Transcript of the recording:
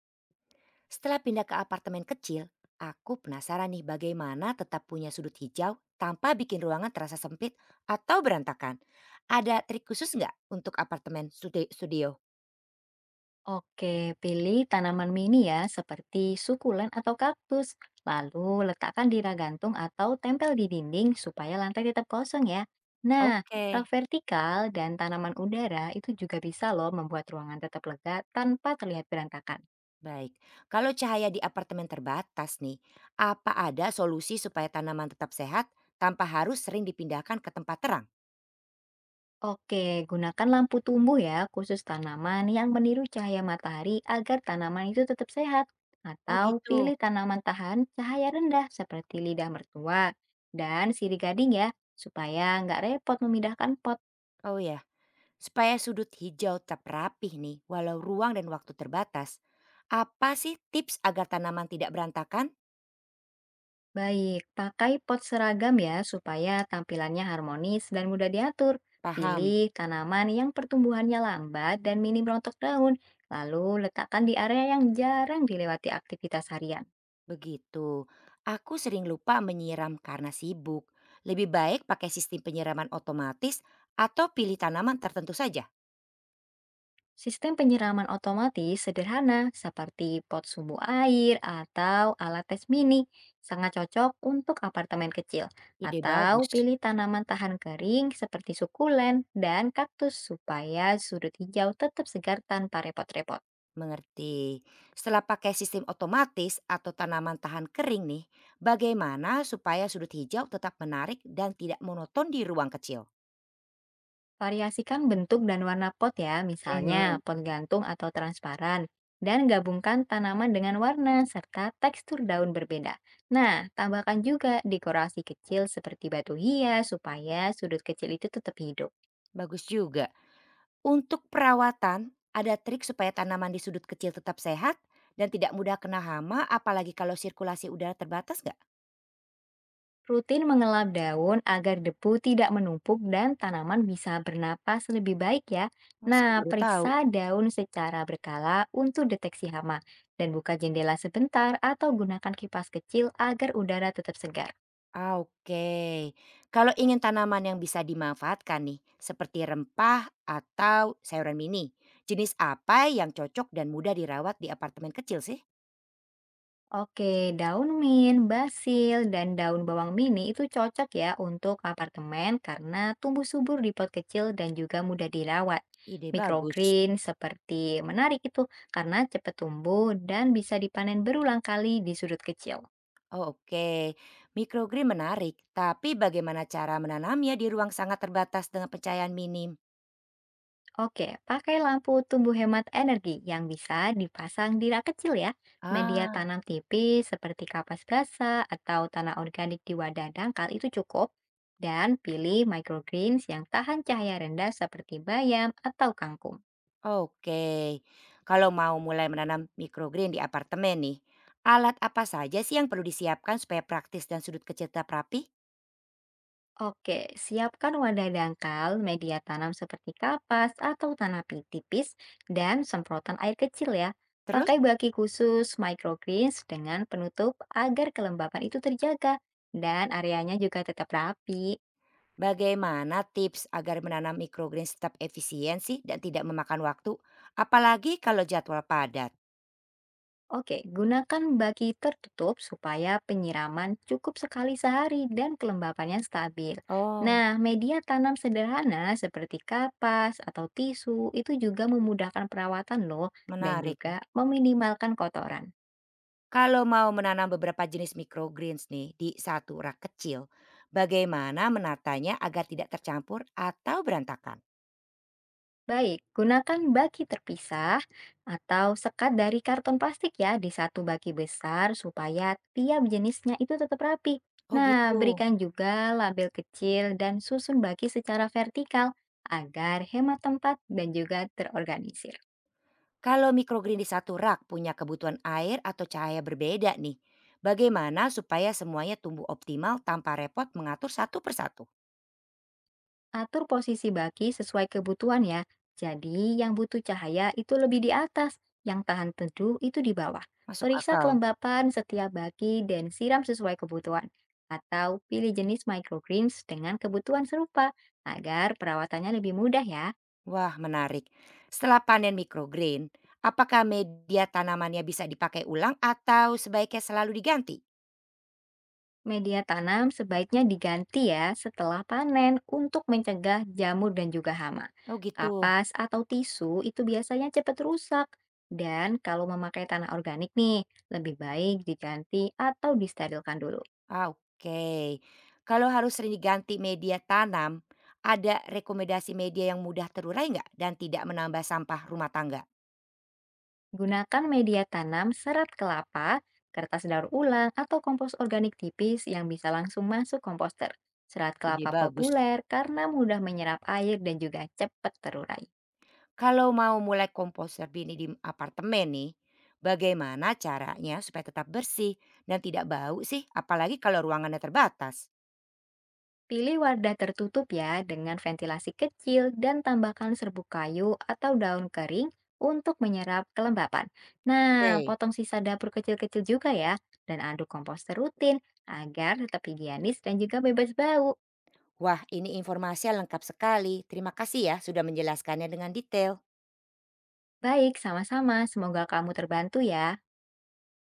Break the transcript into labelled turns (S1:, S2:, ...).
S1: Setelah pindah ke apartemen kecil, aku penasaran nih bagaimana tetap punya sudut hijau tanpa bikin ruangan terasa sempit atau berantakan. Ada trik khusus nggak untuk apartemen studio?
S2: Oke, pilih tanaman mini ya, seperti sukulen atau kaktus. Lalu letakkan di rak gantung atau tempel di dinding supaya lantai tetap kosong ya. Nah,
S1: Oke,
S2: rak vertikal dan tanaman udara itu juga bisa loh membuat ruangan tetap lega tanpa terlihat berantakan.
S1: baik. Kalau cahaya di apartemen terbatas nih, apa ada solusi supaya tanaman tetap sehat tanpa harus sering dipindahkan ke tempat terang?
S2: Oke, gunakan lampu tumbuh ya, khusus tanaman yang meniru cahaya matahari agar tanaman itu tetap sehat.
S1: Oh
S2: Atau
S1: gitu.
S2: pilih tanaman tahan cahaya rendah seperti lidah mertua dan sirih gading ya, supaya nggak repot memindahkan pot.
S1: Oh ya, supaya sudut hijau tetap rapih nih, walau ruang dan waktu terbatas. Apa sih tips agar tanaman tidak berantakan?
S2: Baik, pakai pot seragam ya, supaya tampilannya harmonis dan mudah diatur.
S1: Paham,
S2: Pilih tanaman yang pertumbuhannya lambat dan minim rontok daun, lalu letakkan di area yang jarang dilewati aktivitas harian.
S1: begitu. Aku sering lupa menyiram karena sibuk. Lebih baik pakai sistem penyiraman otomatis atau pilih tanaman tertentu saja.
S2: Sistem penyiraman otomatis sederhana seperti pot sumbu air atau alat tes mini sangat cocok untuk apartemen kecil,
S1: Ide
S2: atau
S1: bagus.
S2: pilih tanaman tahan kering seperti sukulen dan kaktus supaya sudut hijau tetap segar tanpa repot-repot.
S1: Mengerti. Setelah pakai sistem otomatis atau tanaman tahan kering nih, bagaimana supaya sudut hijau tetap menarik dan tidak monoton di ruang kecil?
S2: Variasikan bentuk dan warna pot ya, misalnya
S1: Mhm,
S2: pot gantung atau transparan, dan gabungkan tanaman dengan warna serta tekstur daun berbeda. Nah, tambahkan juga dekorasi kecil seperti batu hias supaya sudut kecil itu tetap hidup.
S1: bagus juga. Untuk perawatan, ada trik supaya tanaman di sudut kecil tetap sehat dan tidak mudah kena hama apalagi kalau sirkulasi udara terbatas nggak?
S2: Rutin mengelap daun agar debu tidak menumpuk dan tanaman bisa bernapas lebih baik ya.
S1: Oh,
S2: Nah,
S1: saya baru tahu.
S2: periksa daun secara berkala untuk deteksi hama dan buka jendela sebentar atau gunakan kipas kecil agar udara tetap segar.
S1: Ah, oke. Kalau ingin tanaman yang bisa dimanfaatkan nih, seperti rempah atau sayuran mini, jenis apa yang cocok dan mudah dirawat di apartemen kecil sih?
S2: Oke, daun mint, basil, dan daun bawang mini itu cocok ya untuk apartemen karena tumbuh subur di pot kecil dan juga mudah dirawat.
S1: Ide bagus.
S2: Microgreen seperti menarik itu karena cepat tumbuh dan bisa dipanen berulang kali di sudut kecil.
S1: Oh, oke. Microgreen menarik, tapi bagaimana cara menanamnya di ruang sangat terbatas dengan pencahayaan minim?
S2: Oke, pakai lampu tumbuh hemat energi yang bisa dipasang di rak kecil ya. Media
S1: Ah,
S2: tanam tipis seperti kapas basah atau tanah organik di wadah dangkal itu cukup. Dan pilih microgreens yang tahan cahaya rendah seperti bayam atau kangkung.
S1: oke. Kalau mau mulai menanam microgreen di apartemen nih, alat apa saja sih yang perlu disiapkan supaya praktis dan sudut kecil tetap rapi?
S2: Oke, siapkan wadah dangkal, media tanam seperti kapas atau tipis, dan semprotan air kecil ya.
S1: Terus?
S2: Pakai baki khusus microgreens dengan penutup agar kelembapan itu terjaga dan areanya juga tetap rapi.
S1: Bagaimana tips agar menanam microgreens tetap efisien sih dan tidak memakan waktu, apalagi kalau jadwal padat?
S2: Oke, gunakan baki tertutup supaya penyiraman cukup sekali sehari dan kelembapannya stabil.
S1: Oh,
S2: Nah, media tanam sederhana seperti kapas atau tisu itu juga memudahkan perawatan loh dan
S1: menarik ya.
S2: juga meminimalkan kotoran.
S1: Kalau mau menanam beberapa jenis microgreens nih di satu rak kecil, bagaimana menatanya agar tidak tercampur atau berantakan?
S2: Baik, gunakan baki terpisah atau sekat dari karton plastik ya di satu baki besar supaya tiap jenisnya itu tetap rapi.
S1: Oh
S2: Nah,
S1: gitu.
S2: berikan juga label kecil dan susun baki secara vertikal agar hemat tempat dan juga terorganisir.
S1: Kalau microgreen di satu rak punya kebutuhan air atau cahaya berbeda nih, bagaimana supaya semuanya tumbuh optimal tanpa repot mengatur satu persatu?
S2: Atur posisi baki sesuai kebutuhan ya. Jadi yang butuh cahaya itu lebih di atas, yang tahan teduh itu di bawah.
S1: Masuk
S2: Periksa
S1: akal.
S2: kelembapan setiap baki dan siram sesuai kebutuhan. Atau pilih jenis microgreens dengan kebutuhan serupa agar perawatannya lebih mudah ya.
S1: Wah, menarik. Setelah panen microgreen, apakah media tanamannya bisa dipakai ulang atau sebaiknya selalu diganti?
S2: Media tanam sebaiknya diganti ya setelah panen untuk mencegah jamur dan juga hama.
S1: Oh, gitu.
S2: Kapas atau tisu itu biasanya cepat rusak. Dan kalau memakai tanah organik nih, lebih baik diganti atau disterilkan dulu.
S1: Ah, oke. Kalau harus sering diganti media tanam, ada rekomendasi media yang mudah terurai nggak dan tidak menambah sampah rumah tangga?
S2: Gunakan media tanam serat kelapa, kertas daur ulang, atau kompos organik tipis yang bisa langsung masuk komposter. Serat
S1: Ide
S2: kelapa
S1: bagus.
S2: populer karena mudah menyerap air dan juga cepat terurai.
S1: Kalau mau mulai komposter bini di apartemen nih, bagaimana caranya supaya tetap bersih dan tidak bau sih? Apalagi kalau ruangannya terbatas.
S2: Pilih wadah tertutup ya dengan ventilasi kecil dan tambahkan serbuk kayu atau daun kering untuk menyerap kelembapan. Nah,
S1: Oke.
S2: potong sisa dapur kecil-kecil juga ya dan aduk komposter rutin agar tetap higienis dan juga bebas bau.
S1: Wah, ini informasinya lengkap sekali. Terima kasih ya sudah menjelaskannya dengan detail.
S2: Baik, sama-sama. Semoga kamu terbantu ya.